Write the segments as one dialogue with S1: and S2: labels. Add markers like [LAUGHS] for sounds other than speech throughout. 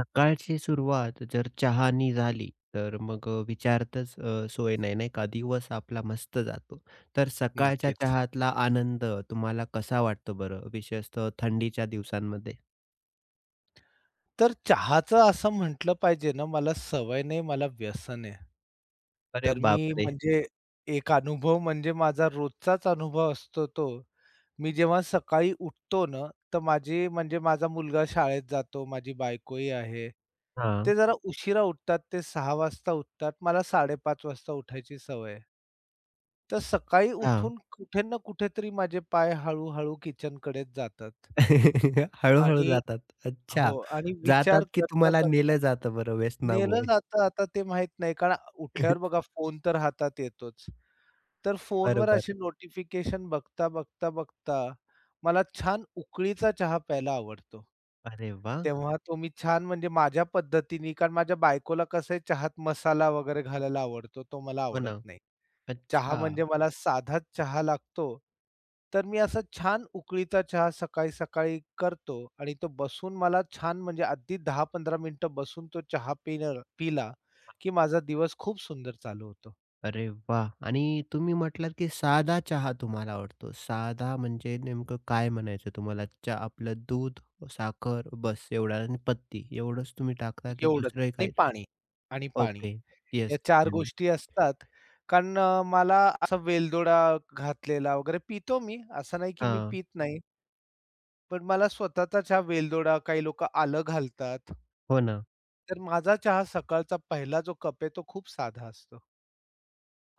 S1: सकाळची सुरुवात जर चहानी झाली, तर मग विचारतच सोय नाही, नाही का? दिवस आपला मस्त जातो. तर सकाळच्या
S2: नक्कीच.
S1: चहातला आनंद तुम्हाला कसा वाटतो बरं? विशेषतः थंडीच्या दिवसांमध्ये?
S2: तर चहाचं असं म्हटलं पाहिजे ना, मला सवय नाही, मला व्यसन आहे.
S1: अरे
S2: तर मी
S1: बापरे!
S2: म्हणजे एक अनुभव म्हणजे माझा रोजचाच अनुभव असतो तो. मी जेव्हा सकाळी उठतो ना, तर माझी म्हणजे माझा मुलगा शाळेत जातो, माझी बायकोही आहे.
S1: हां,
S2: ते जरा उशिरा उठतात, ते 6:00 वाजता उठतात. मला 5:30 वाजता उठायची सवय आहे. तर सकाळी
S1: हां.
S2: उठून कुठे ना कुठेतरी माझे पाय हळू किचनकडेच जातात.
S1: [LAUGHS] हळू-हळू
S2: आणि
S1: जातात. अच्छा.
S2: हो आणि
S1: जातात
S2: विचार
S1: की
S2: करता,
S1: तुम्हाला
S2: करता
S1: नेलं जातं बरं
S2: नेलं
S1: व्यसनामुळे?
S2: जातं आता ते माहीत नाही. कारण उठल्यावर
S1: [LAUGHS]
S2: बघा फोन तर हातात येतोच. तर फोनवर
S1: बरोबर.
S2: असे नोटिफिकेशन बघता, बघता, बघता मला छान उकळीचा चहा प्यायला आवडतो.
S1: अरे वाह!
S2: तेव्हा तो मी छान म्हणजे माझ्या पद्धतीने कारण माझ्या बायकोला कसं आहे चहात मसाला वगैरे घालायला आवडतो, तो मला
S1: हो
S2: आवडत
S1: ना.
S2: नाही. चहा
S1: अच्छा.
S2: म्हणजे मला साधाच चहा लागतो. तर मी असा छान उकळीचा चहा सकाळी-सकाळी करतो आणि तो बसून मला छान म्हणजे अगदी 10-15 मिनिटं बसून तो चहा पिणं पिला, की माझा दिवस खूप सुंदर चालू होतो.
S1: अरे वाह! आणि तुम्ही म्हटलात, की साधा चहा तुम्हाला आवडतो. साधा म्हणजे नेमकं काय म्हणायचं तुम्हाला? चा आपलं दूध, साखर बस एवढा आणि पत्ती एवढंच तुम्ही टाकता, की
S2: एवढंच
S1: दुसरंही
S2: आणि
S1: काही?
S2: पाणी आणि पाणी.
S1: ओके.
S2: या
S1: येस.
S2: चार गोष्टी असतात. मला असा वेलदोडा घातलेला वगैरे पितो मी, असं नाही की मी
S1: हां.
S2: पित नाही. पण मला स्वतःचा चहा वेलदोडा काही लोकं आलं घालतात.
S1: हो ना.
S2: तर माझा चहा सकाळचा पहिला जो कप आहे तो खूप साधा असतो.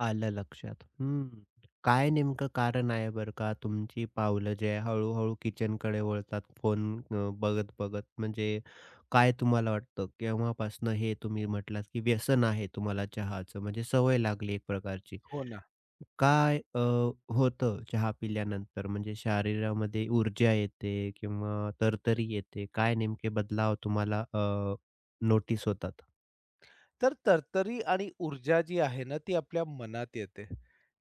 S1: आलं लक्षात. हं. काय नेमकं कारण आहे बरं का, तुमची पावलं जे आहे हळू-हळू किचनकडे वळतात फोन बघत-बघत? म्हणजे काय तुम्हाला वाटतं केव्हापासनं हे तुम्ही म्हटलात, की व्यसन आहे तुम्हाला चहाचं म्हणजे सवय लागली एक प्रकारची.
S2: हो ना.
S1: काय होतं चहा पिल्यानंतर? म्हणजे शरीरामध्ये ऊर्जा येते किंवा तरतरी येते? काय नेमके बदलाव तुम्हाला नोटीस होतात?
S2: तर तरतरी आणि ऊर्जा जी आहे ना ती आपल्या मनात येते.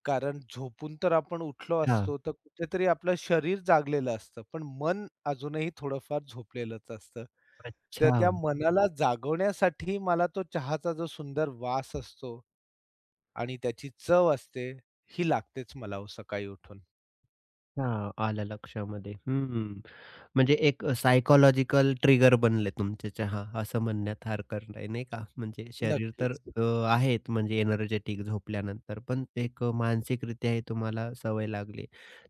S2: कारण झोपून तर आपण उठलो
S1: हा, अच्छा.
S2: असतो, तर कुठेतरी आपलं शरीर जागलेलं असतं, पण मन अजूनही थोडंफार झोपलेलंच असतं. तर
S1: अच्छा.
S2: त्या मनाला जागवण्यासाठी मला तो चहाचा जो सुंदर वास असतो आणि त्याची चव असते, ही लागतेच मला हो सकाळी उठून.
S1: आलं लक्षामध्ये. हं. म्हणजे एक सायकॉलॉजिकल ट्रिगर बनले तुमचे चहा, असं म्हणण्यात हरकत नाही, नाही का? म्हणजे शरीर तर
S2: नक्कीच.
S1: आहेत म्हणजे एनर्जेटिक झोपल्यानंतर, पण एक मानसिकरित्या हे तुम्हाला सवय लागली.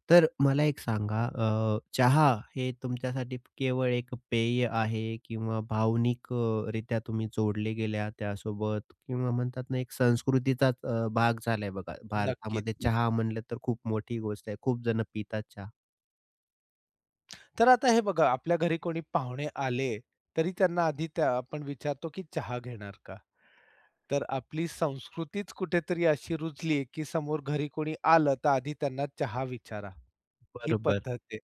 S1: तर मला एक सांगा, चहा हे तुमच्यासाठी केवळ एक पेय आहे किंवा भावनिक रित्या तुम्ही जोडले गेल्या त्यासोबत किंवा म्हणतात ना, एक संस्कृतीचाच भाग झालाय बघा. भारतामध्ये
S2: नक्कीच.
S1: चहा म्हणलं तर खूप मोठी गोष्ट आहे. खूप जण पितात चहा.
S2: तर आता हे बघा, आपल्या घरी कोणी पाहुणे आले, तरी त्यांना आधी त्या आपण विचारतो, की चहा घेणार का? तर आपली संस्कृतीच कुठेतरी अशी रुजली, की समोर घरी कोणी आलं, तर आधी त्यांना चहा विचारा, ही
S1: बरोबर.
S2: पद्धत आहे.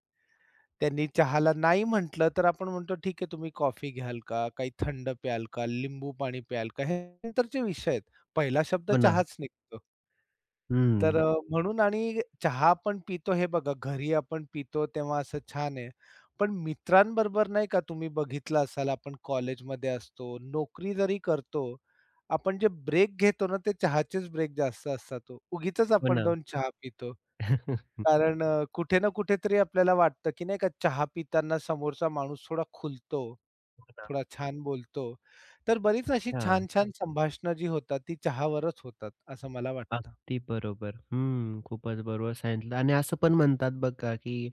S2: त्यांनी चहाला नाही म्हटलं, तर आपण म्हणतो, "ठीक आहे, तुम्ही कॉफी घ्याल का? काही थंड प्याल का? लिंबू पाणी प्याल का?" हे नंतरचे विषय आहेत. पहिला शब्द
S1: हो ना.
S2: चहाच निघतो. तर
S1: हं.
S2: अ, म्हणून आणि चहा आपण पितो हे बघा घरी आपण पितो तेव्हा असं छान आहे. पण मित्रांबरोबर नाही का तुम्ही बघितलं असाल आपण कॉलेजमध्ये असतो, नोकरी जरी करतो, आपण जे ब्रेक घेतो ना ते चहाचेच ब्रेक जास्त असतात हो. उगीचच
S1: हो
S2: आपण
S1: ना.
S2: जाऊन चहा पितो.
S1: [LAUGHS]
S2: कारण कुठे ना कुठेतरी आपल्याला वाटतं, की नाही का चहा पिताना समोरचा माणूस थोडा खुलतो,
S1: हो ना.
S2: थोडा छान बोलतो. तर बरीच अशी
S1: हां,
S2: छान-छान संभाषणं जी होतात ती चहावरच होतात असं मला वाटतं.
S1: अगदी बरोबर. हं, खूपच बरोबर सांगितलं आणि असं पण म्हणतात बघा, की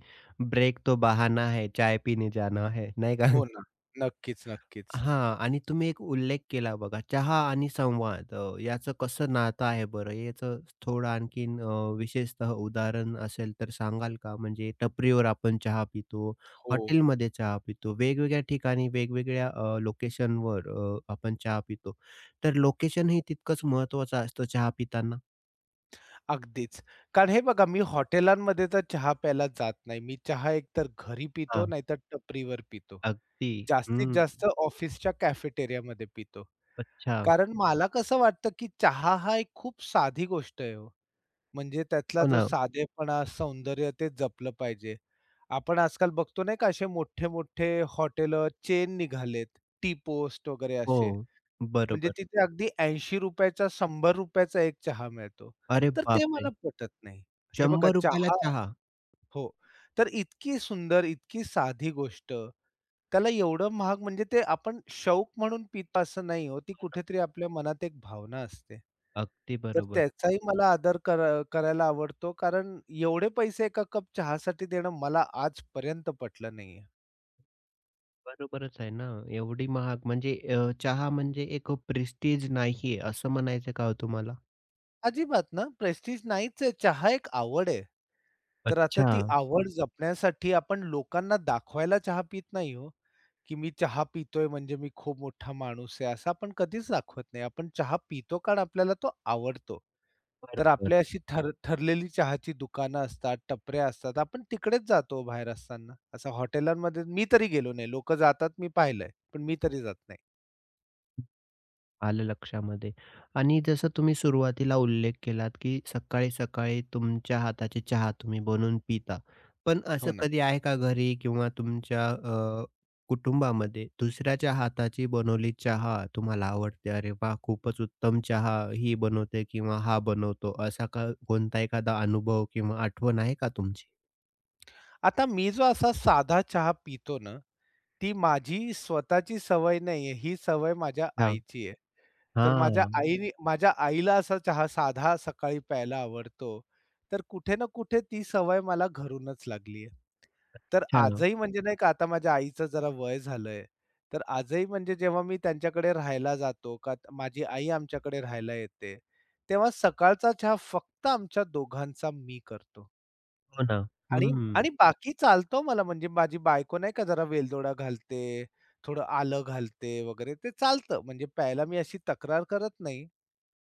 S1: ब्रेक तो बहाना है, चाय पीने जाना है, नाही का?
S2: हो ना. नक्कीच, नक्कीच.
S1: हां. आणि तुम्ही एक उल्लेख केला बघा चहा आणि संवाद याचं कसं नातं आहे बरं? याचं थोडं आणखीन विशेषतः उदाहरण असेल तर सांगाल का? म्हणजे टपरीवर आपण चहा पितो,
S2: हो,
S1: हॉटेलमध्ये चहा पितो, वेगवेगळ्या ठिकाणी वेगवेगळ्या लोकेशनवर आपण चहा पितो. तर लोकेशन हे तितकंच महत्त्वाचं असतं चहा पिताना?
S2: अगदीच. कारण हे बघा मी हॉटेलांमध्ये तर चहा प्यायला जात नाही. मी चहा एकतर घरी पितो
S1: हां.
S2: नाहीतर टपरीवर पितो.
S1: अगदी.
S2: जास्तीत
S1: हं.
S2: जास्त ऑफिसच्या कॅफेटेरियामध्ये पितो.
S1: अच्छा.
S2: कारण मला कसं वाटतं, की चहा हा एक खूप साधी गोष्ट आहे हो. म्हणजे त्यातला
S1: हो
S2: जो
S1: ना.
S2: साधेपणा, सौंदर्य ते जपलं पाहिजे. आपण आजकाल बघतो नाही का असे मोठे-मोठे हॉटेलं चेन निघालेत, टी पोस्ट वगैरे असे.
S1: हो.
S2: म्हणजे
S1: बरोबर.
S2: तिथे अगदी ₹80 चा ₹100 एक चहा मिळतो.
S1: अरे
S2: तर ते
S1: बापरे!
S2: मला पटत नाही. हे बघा
S1: ₹100 ला
S2: चहा
S1: चहा.
S2: हो. तर इतकी सुंदर, इतकी साधी गोष्ट, त्याला एवढं महाग म्हणजे ते आपण शौक म्हणून पितो असं नाही हो. ती कुठेतरी आपल्या मनात एक भावना असते.
S1: अगदी
S2: तर
S1: बरोबर.
S2: त्याचाही मला आदर करा करायला आवडतो कारण एवढे पैसे एका कप चहासाठी देणं मला आजपर्यंत पटलं नाहीये.
S1: बरोबरच आहे ना. एवढी महाग म्हणजे चहा म्हणजे एक प्रेस्टीज नाहीये, असं म्हणायचं का हो तुम्हाला?
S2: अजिबात ना, प्रेस्टीज नाहीच आहे. चहा एक आवड आहे. तर आता
S1: अच्छा.
S2: ती आवड जपण्यासाठी आपण लोकांना दाखवायला चहा पित नाही हो, की मी चहा पितोय म्हणजे मी खूप मोठा माणूस आहे, असं आपण कधीच दाखवत नाही. आपण चहा पितो कारण आपल्याला तो आवडतो. तर
S1: बरोबर.
S2: आपली अशी ठरलेली चहाची दुकानं असतात, टपऱ्या असतात. आपण तिकडेच जातो हो बाहेर असताना. असं हॉटेलांमध्ये मी तरी गेलो नाही. लोकं जातात मी पाहिलंय, पण मी तरी जात नाही.
S1: आलं लक्षामध्ये. आणि जसं तुम्ही सुरुवातीला उल्लेख केलात, की सकाळी-सकाळी तुमच्या हाताची चहा तुम्ही बनवून पिता. पण असं
S2: हो ना.
S1: कधी आहे का घरी किंवा तुमच्या कुटुंबामध्ये दुसऱ्याच्या हाताची बनवली चहा तुम्हाला आवडते, "अरे वाह! खूपच उत्तम चहा ही बनवते किंवा हा बनवतो." असा का कोणता एखादा अनुभव किंवा आठवण आहे का तुमची?
S2: आता मी जो असा साधा चहा पितो ना, ती माझी स्वतःची सवय नाहीये. ही सवय माझ्या
S1: हां.
S2: आईची आहे. तर
S1: हां.
S2: माझ्या आईला असा चहा साधा सकाळी प्यायला आवडतो. तर कुठे ना कुठे ती सवय मला घरूनच लागली आहे. तर
S1: अच्छा.
S2: आजही म्हणजे नाही का आता माझ्या आईचं जरा वय झालंय. तर आजही म्हणजे जेव्हा मी त्यांच्याकडे राहायला जातो का माझी आई आमच्याकडे राहायला येते, तेव्हा सकाळचा चहा फक्त आमच्या दोघांचा मी करतो.
S1: हो ना.
S2: आणि
S1: हं.
S2: आणि बाकी चालतो मला म्हणजे माझी बायको नाही का जरा वेलदोडा घालते, थोडं आलं घालते वगैरे ते चालतं. म्हणजे प्यायला मी अशी तक्रार करत नाही.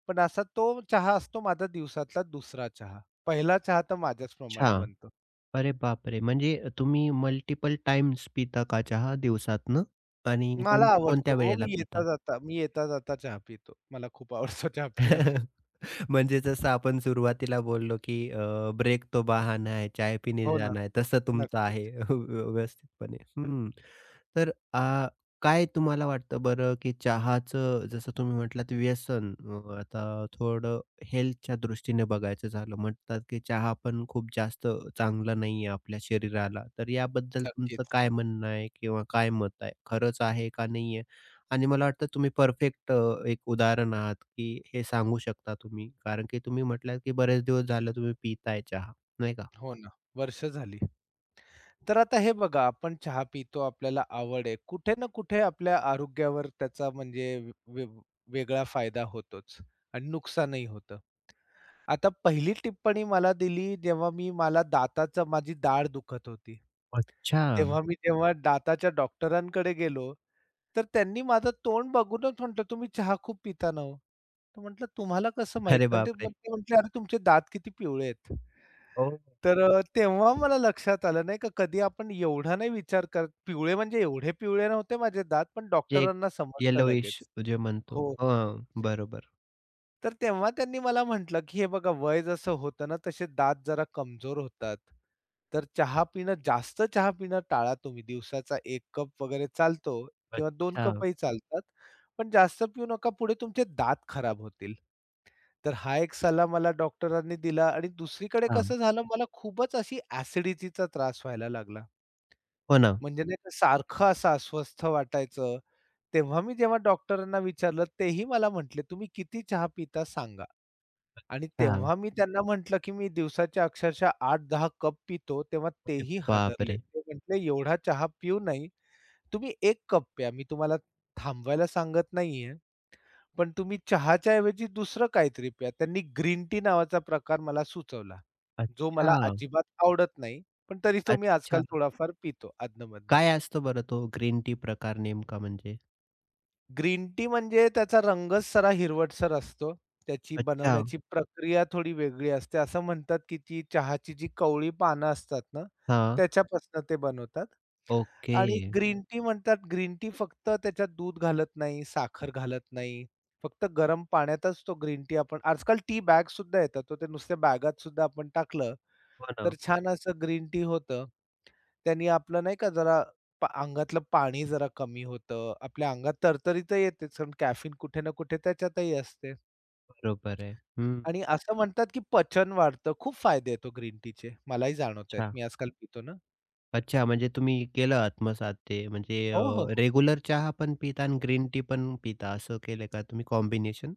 S2: पण असा तो चहा असतो माझा दिवसातला दुसरा चहा. पहिला चहा तर माझ्याचप्रमाणे
S1: अच्छा.
S2: बनतो.
S1: अरे बापरे! म्हणजे तुम्ही मल्टिपल टाइम्स पिता का चहा दिवसातनं? आणि
S2: मला आवडतो.
S1: कोणत्या-कोणत्या
S2: हो,
S1: वेळेला पिता?
S2: मी येता-जाता चहा पितो. मला खूप आवडतो चहा पिणं.
S1: [LAUGHS] म्हणजे जसं आपण सुरुवातीला बोललो, की ब्रेक तो बहाना है, चाय पीने
S2: हो ना.
S1: जाना है, तसं तुमचं
S2: नक्कीच,
S1: आहे [LAUGHS] व्यवस्थितपणे. हं. तर अ, काय तुम्हाला वाटतं बरं, की चहाचं जसं तुम्ही म्हटलात व्यसन आता थोडं हेल्थच्या दृष्टीने बघायचं झालं म्हणतात, की चहा पण खूप जास्त चांगला नाहीये आपल्या शरीराला. तर याबद्दल तुमचं
S2: नक्कीच.
S1: काय म्हणणं आहे किंवा काय मत आहे? खरंच आहे का नाहीये? आणि मला वाटतं तुम्ही परफेक्ट एक उदाहरण आहात, की हे सांगू शकता तुम्ही. कारण की तुम्ही म्हटलात, की बरेच दिवस झालं तुम्ही पिताय चहा, नाही का?
S2: हो ना. वर्ष झाली. तर आता हे बघा, आपण चहा पितो, आपल्याला आवड आहे. कुठे ना कुठे आपल्या आरोग्यावर त्याचा म्हणजे वे वे- वेगळा फायदा होतोच आणि नुकसानही होतं. आता पहिली टिप्पणी मला दिली जेव्हा मी मला दाताचं माझी दाढ दुखत होती.
S1: अच्छा.
S2: तेव्हा मी जेव्हा दाताच्या डॉक्टरांकडे गेलो, तर त्यांनी माझं तोंड बघूनच म्हटलं, "तुम्ही चहा खूप पिता ना हो." तर म्हटलं, "तुम्हाला कसं
S1: अरे
S2: माहीत?" आणि ते
S1: बापरे!
S2: मग ते म्हटले, "अरे तुमचे दात किती पिवळे आहेत."
S1: हो.
S2: तेव्हा मला लक्षात आलं नाही का कधी आपण एवढा नाही विचार करत. पिवळे म्हणजे एवढे पिवळे नव्हते माझे दात, पण
S1: जे
S2: डॉक्टरांना समजतं
S1: येलोइश
S2: लगेच.
S1: जे म्हणतो.
S2: हो, हो, हो.
S1: हां, बरोबर.
S2: तर तेव्हा त्यांनी मला म्हटलं, की "हे बघा वय जसं होतं ना, तसे दात जरा कमजोर होतात. तर चहा पिणं, जास्त चहा पिणं टाळा तुम्ही. दिवसाचा एक कप वगैरे चालतो किंवा 2
S1: अच्छा,
S2: कपही चालतात. पण जास्त पिऊ नका, पुढे तुमचे दात खराब होतील." तर हा एक सल्ला मला डॉक्टरांनी दिला आणि दुसरीकडे
S1: अच्छा.
S2: कसं झालं, मला खूपच अशी ॲसिडिटीचा त्रास व्हायला लागला.
S1: हो ना.
S2: म्हणजे नाही का सारखं असं अस्वस्थ वाटायचं तेव्हा मी जेव्हा डॉक्टरांना विचारलं, तेही मला म्हटले, "तुम्ही किती चहा पिता सांगा." आणि
S1: अच्छा.
S2: तेव्हा मी त्यांना म्हटलं, की "मी दिवसाच्या अक्षरशः 8-10 कप पितो." तेव्हा
S1: अरे
S2: तेही हादरले.
S1: बापरे!
S2: ते म्हटले, "एवढा चहा पिऊ नाही. तुम्ही एक कप प्या. मी तुम्हाला थांबवायला सांगत नाहीये, पण तुम्ही चहाच्या ऐवजी दुसरं काहीतरी प्या." त्यांनी ग्रीन टी नावाचा प्रकार मला सुचवला, जो मला
S1: अच्छा,
S2: अजिबात आवडत नाही, पण तरी तो मी आजकाल
S1: अच्छा.
S2: थोडाफार पितो
S1: काय असतो बरं तो ग्रीन टी प्रकार नेमका म्हणजे?
S2: ग्रीन टी म्हणजे त्याचा रंगच जरा हिरवटसर असतो. त्याची
S1: अच्छा.
S2: बनवण्याची प्रक्रिया थोडी वेगळी असते. असं म्हणतात, की ती चहाची जी कवळी पानं असतात ना,
S1: हां,
S2: त्याच्यापासून ते बनवतात.
S1: ओके.
S2: आणि ग्रीन टी म्हणतात, ग्रीन टी फक्त त्याच्यात दूध घालत नाही, साखर घालत नाही. फक्त गरम पाण्यातच तो ग्रीन टी आपण आजकाल टी बॅग सुद्धा येतात. तर ते नुसत्या बॅगात सुद्धा आपण टाकलं,
S1: हो
S2: तर
S1: ना,
S2: छान असं ग्रीन टी होतं. त्यांनी आपलं नाही का जरा अंगातलं पाणी जरा कमी होतं. आपल्या अंगात तरतरी तर येतेच, कारण कॅफीन कुठे ना कुठे त्याच्यातही असते.
S1: बरोबर आहे. हं,
S2: आणि असं म्हणतात की पचन वाढतं. खूप फायदे आहेत हो ग्रीन टीचे. मलाही जाणवत आहेत.
S1: अच्छा.
S2: मी आजकाल पितो ना.
S1: अच्छा, म्हणजे तुम्ही केलं आत्मसात ते म्हणजे
S2: हो, हो, हो.
S1: रेग्युलर चहा पण पिता आणि ग्रीन टी पण पिता असं केलं का तुम्ही कॉम्बिनेशन?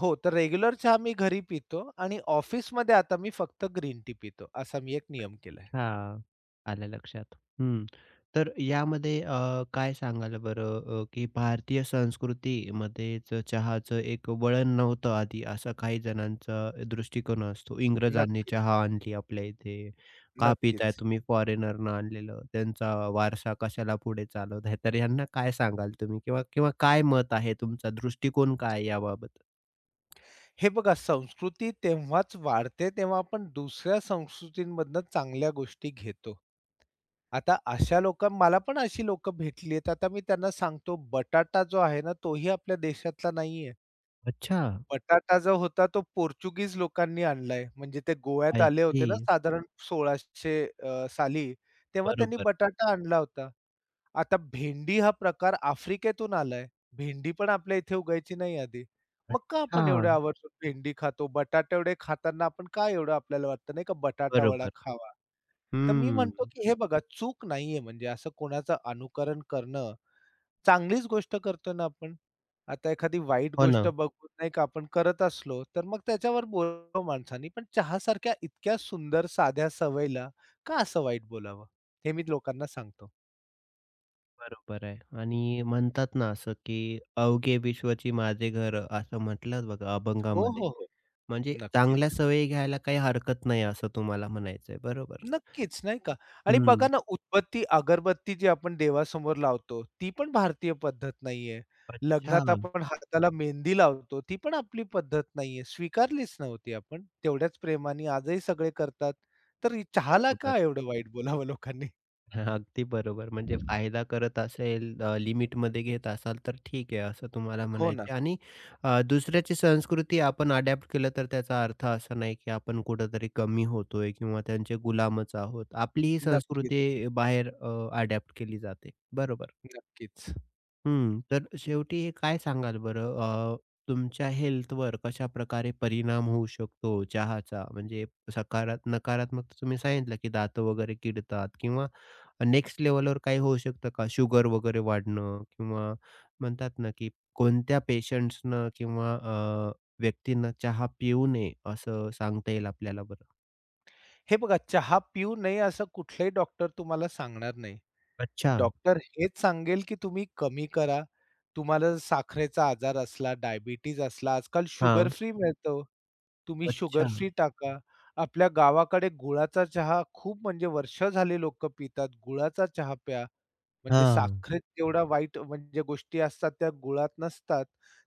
S2: हो, तर रेग्युलर चहा मी घरी पितो आणि ऑफिसमध्ये आता मी फक्त ग्रीन टी पितो. असा मी एक नियम केलाय.
S1: हां, आलं लक्षात. हं. तर यामध्ये काय सांगाल बरं की भारतीय संस्कृतीमध्येच चहाचं एक वळण नव्हतं आधी, असा काही जणांचा दृष्टिकोन असतो. इंग्रजांनी
S2: नक्कीच,
S1: चहा आणली आपल्या इथे, का पिताय
S2: नक्कीच.
S1: तुम्ही फॉरेनरनं आणलेलं, त्यांचा वारसा कशाला पुढे चालवताय? तर ह्यांना काय सांगाल तुम्ही? किंवा किंवा काय मत आहे तुमचा दृष्टिकोन काय आहे याबाबत?
S2: हे बघा संस्कृती तेव्हाच वाढते तेव्हा आपण दुसऱ्या संस्कृतींमधनं चांगल्या गोष्टी घेतो. आता अशा लोक मला पण अशी लोकं भेटली आहेत. आता मी त्यांना सांगतो बटाटा जो आहे ना तोही आपल्या देशातला नाहीये.
S1: अच्छा,
S2: बटाटा जो होता तो पोर्चुगीज लोकांनी आणलाय. म्हणजे ते गोव्यात
S1: आय
S2: आले
S1: सी.
S2: होते ना साधारण 1600 साली, तेव्हा त्यांनी
S1: बरोबर.
S2: बटाटा आणला होता. आता भेंडी हा प्रकार आफ्रिकेतून आलाय. भेंडी पण आपल्या इथे उगायची नाही आधी. मग का
S1: अच्छा,
S2: आपण एवढ्या आवर्जून भेंडी खातो? बटाटे एवढे खाताना आपण का एवढं आपल्याला वाटतं नाही का बटाटा वडा
S1: बरोबर.
S2: खावा? तर मी
S1: हं.
S2: म्हणतो, की हे बघा चूक नाहीये म्हणजे असं कोणाचं अनुकरण करणं चांगलीच गोष्ट करतोय ना आपण. आता एखादी वाईट
S1: हो
S2: गोष्ट
S1: ना.
S2: बघून नाही का आपण करत असलो, तर मग त्याच्यावर बोलावं माणसांनी. पण चहासारख्या इतक्या सुंदर साध्या सवयीला का असं वाईट बोलावं? हे मी लोकांना सांगतो.
S1: बरोबर आहे आणि म्हणतात ना असं, की "अवघे विश्वची माझे घर" असं म्हटलं बघा हं.
S2: हो,
S1: अभंगामध्ये.
S2: हो, हो.
S1: म्हणजे चांगल्या
S2: नक्कीच.
S1: सवयी घ्यायला काही हरकत नाही असं तुम्हाला म्हणायचंय. बरोबर.
S2: नक्कीच, नाही का? आणि बघा
S1: हं.
S2: ना, उदबत्ती, अगरबत्ती जी आपण देवासमोर लावतो, ती पण भारतीय पद्धत नाहीये. लग्नात
S1: अच्छा.
S2: आपण हाताला मेहंदी लावतो, ती पण आपली पद्धत नाहीये. स्वीकारलीच नव्हती आपण. तेवढ्याच प्रेमाने आजही सगळे करतात. तर ही चहाला का
S1: बरोबर.
S2: एवढं वाईट बोलावं लोकांनी?
S1: [LAUGHS] हां, अगदी बरोबर. म्हणजे फायदा करत असेल, लिमिटमध्ये घेत असाल, तर ठीक आहे, असं तुम्हाला
S2: हो ना.
S1: म्हणायचं आहे. आणि दुसऱ्याची संस्कृती आपण अडॅप्ट केलं, तर त्याचा अर्थ असा नाही, की आपण कुठेतरी कमी होतोय किंवा त्यांचे गुलामच आहोत. आपली ही
S2: नक्कीच,
S1: संस्कृती बाहेर अडॅप्ट केली जाते. बरोबर.
S2: नक्कीच.
S1: हं, तर शेवटी हे काय सांगाल बरं? अ, तुमच्या हेल्थवर कशा प्रकारे परिणाम होऊ शकतो चहाचा? म्हणजे सकारात नकारात्मक तर तुम्ही सांगितलं, की दात वगैरे किडतात किंवा नेक्स्ट लेव्हलवर काही होऊ शकतं का? शुगर वगैरे वाढणं किंवा म्हणतात ना, की कोणत्या पेशंट्सनं किंवा व्यक्तींना चहा पिऊ नये असं सांगता येईल आपल्याला बरं?
S2: हे बघा, चहा पिऊ नये असं कुठलाही डॉक्टर तुम्हाला सांगणार नाही.
S1: अच्छा.
S2: डॉक्टर हेच सांगेल, की तुम्ही कमी करा. तुम्हाला जर साखरेचा आजार असला, डायबिटीज असला, आजकाल शुगर
S1: हां.
S2: फ्री मिळतं हो. तुम्ही शुगर
S1: अच्छा.
S2: फ्री टाका. आपल्या गावाकडे गुळाचा चहा खूप म्हणजे वर्ष झाली लोकं पितात. गुळाचा चहा प्या. म्हणजे
S1: हां.
S2: साखरेत जेवढ्या वाईट म्हणजे गोष्टी असतात त्या गुळात नसतात.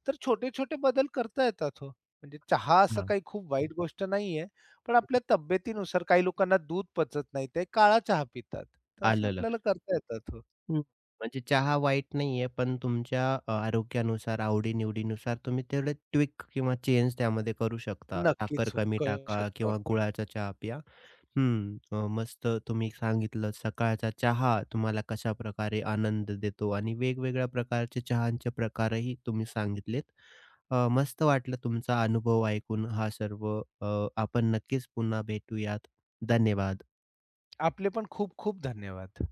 S2: तर छोटे-छोटे बदल करता येतात हो. म्हणजे चहा असं
S1: हां,
S2: काही खूप वाईट गोष्ट नाहीये. पण आपल्या तब्येतीनुसार काही लोकांना दूध पचत नाही. ते काळा चहा पितात. तर असे
S1: आलं
S2: आपल्याला
S1: लक्षात.
S2: करता येतात हो.
S1: हं. म्हणजे चहा वाईट नाहीये, पण तुमच्या आरोग्यानुसार, आवडी-निवडीनुसार तुम्ही तेवढे ट्विक किंवा चेंज त्यामध्ये करू शकता. साखर
S2: नक्कीच हो,
S1: कमी
S2: करू
S1: टाका
S2: शकतो
S1: किंवा
S2: आपण.
S1: गुळाचा चहा प्या. हं, मस्त तुम्ही सांगितलं सकाळचा चहा तुम्हाला कशा प्रकारे आनंद देतो आणि वेगवेगळ्या प्रकारचे चहांचे प्रकारही तुम्ही सांगितलेत. मस्त वाटलं तुमचा अनुभव ऐकून हा सर्व. आपण नक्कीच पुन्हा भेटूयात. धन्यवाद.
S2: आपले पण खूप खूप धन्यवाद.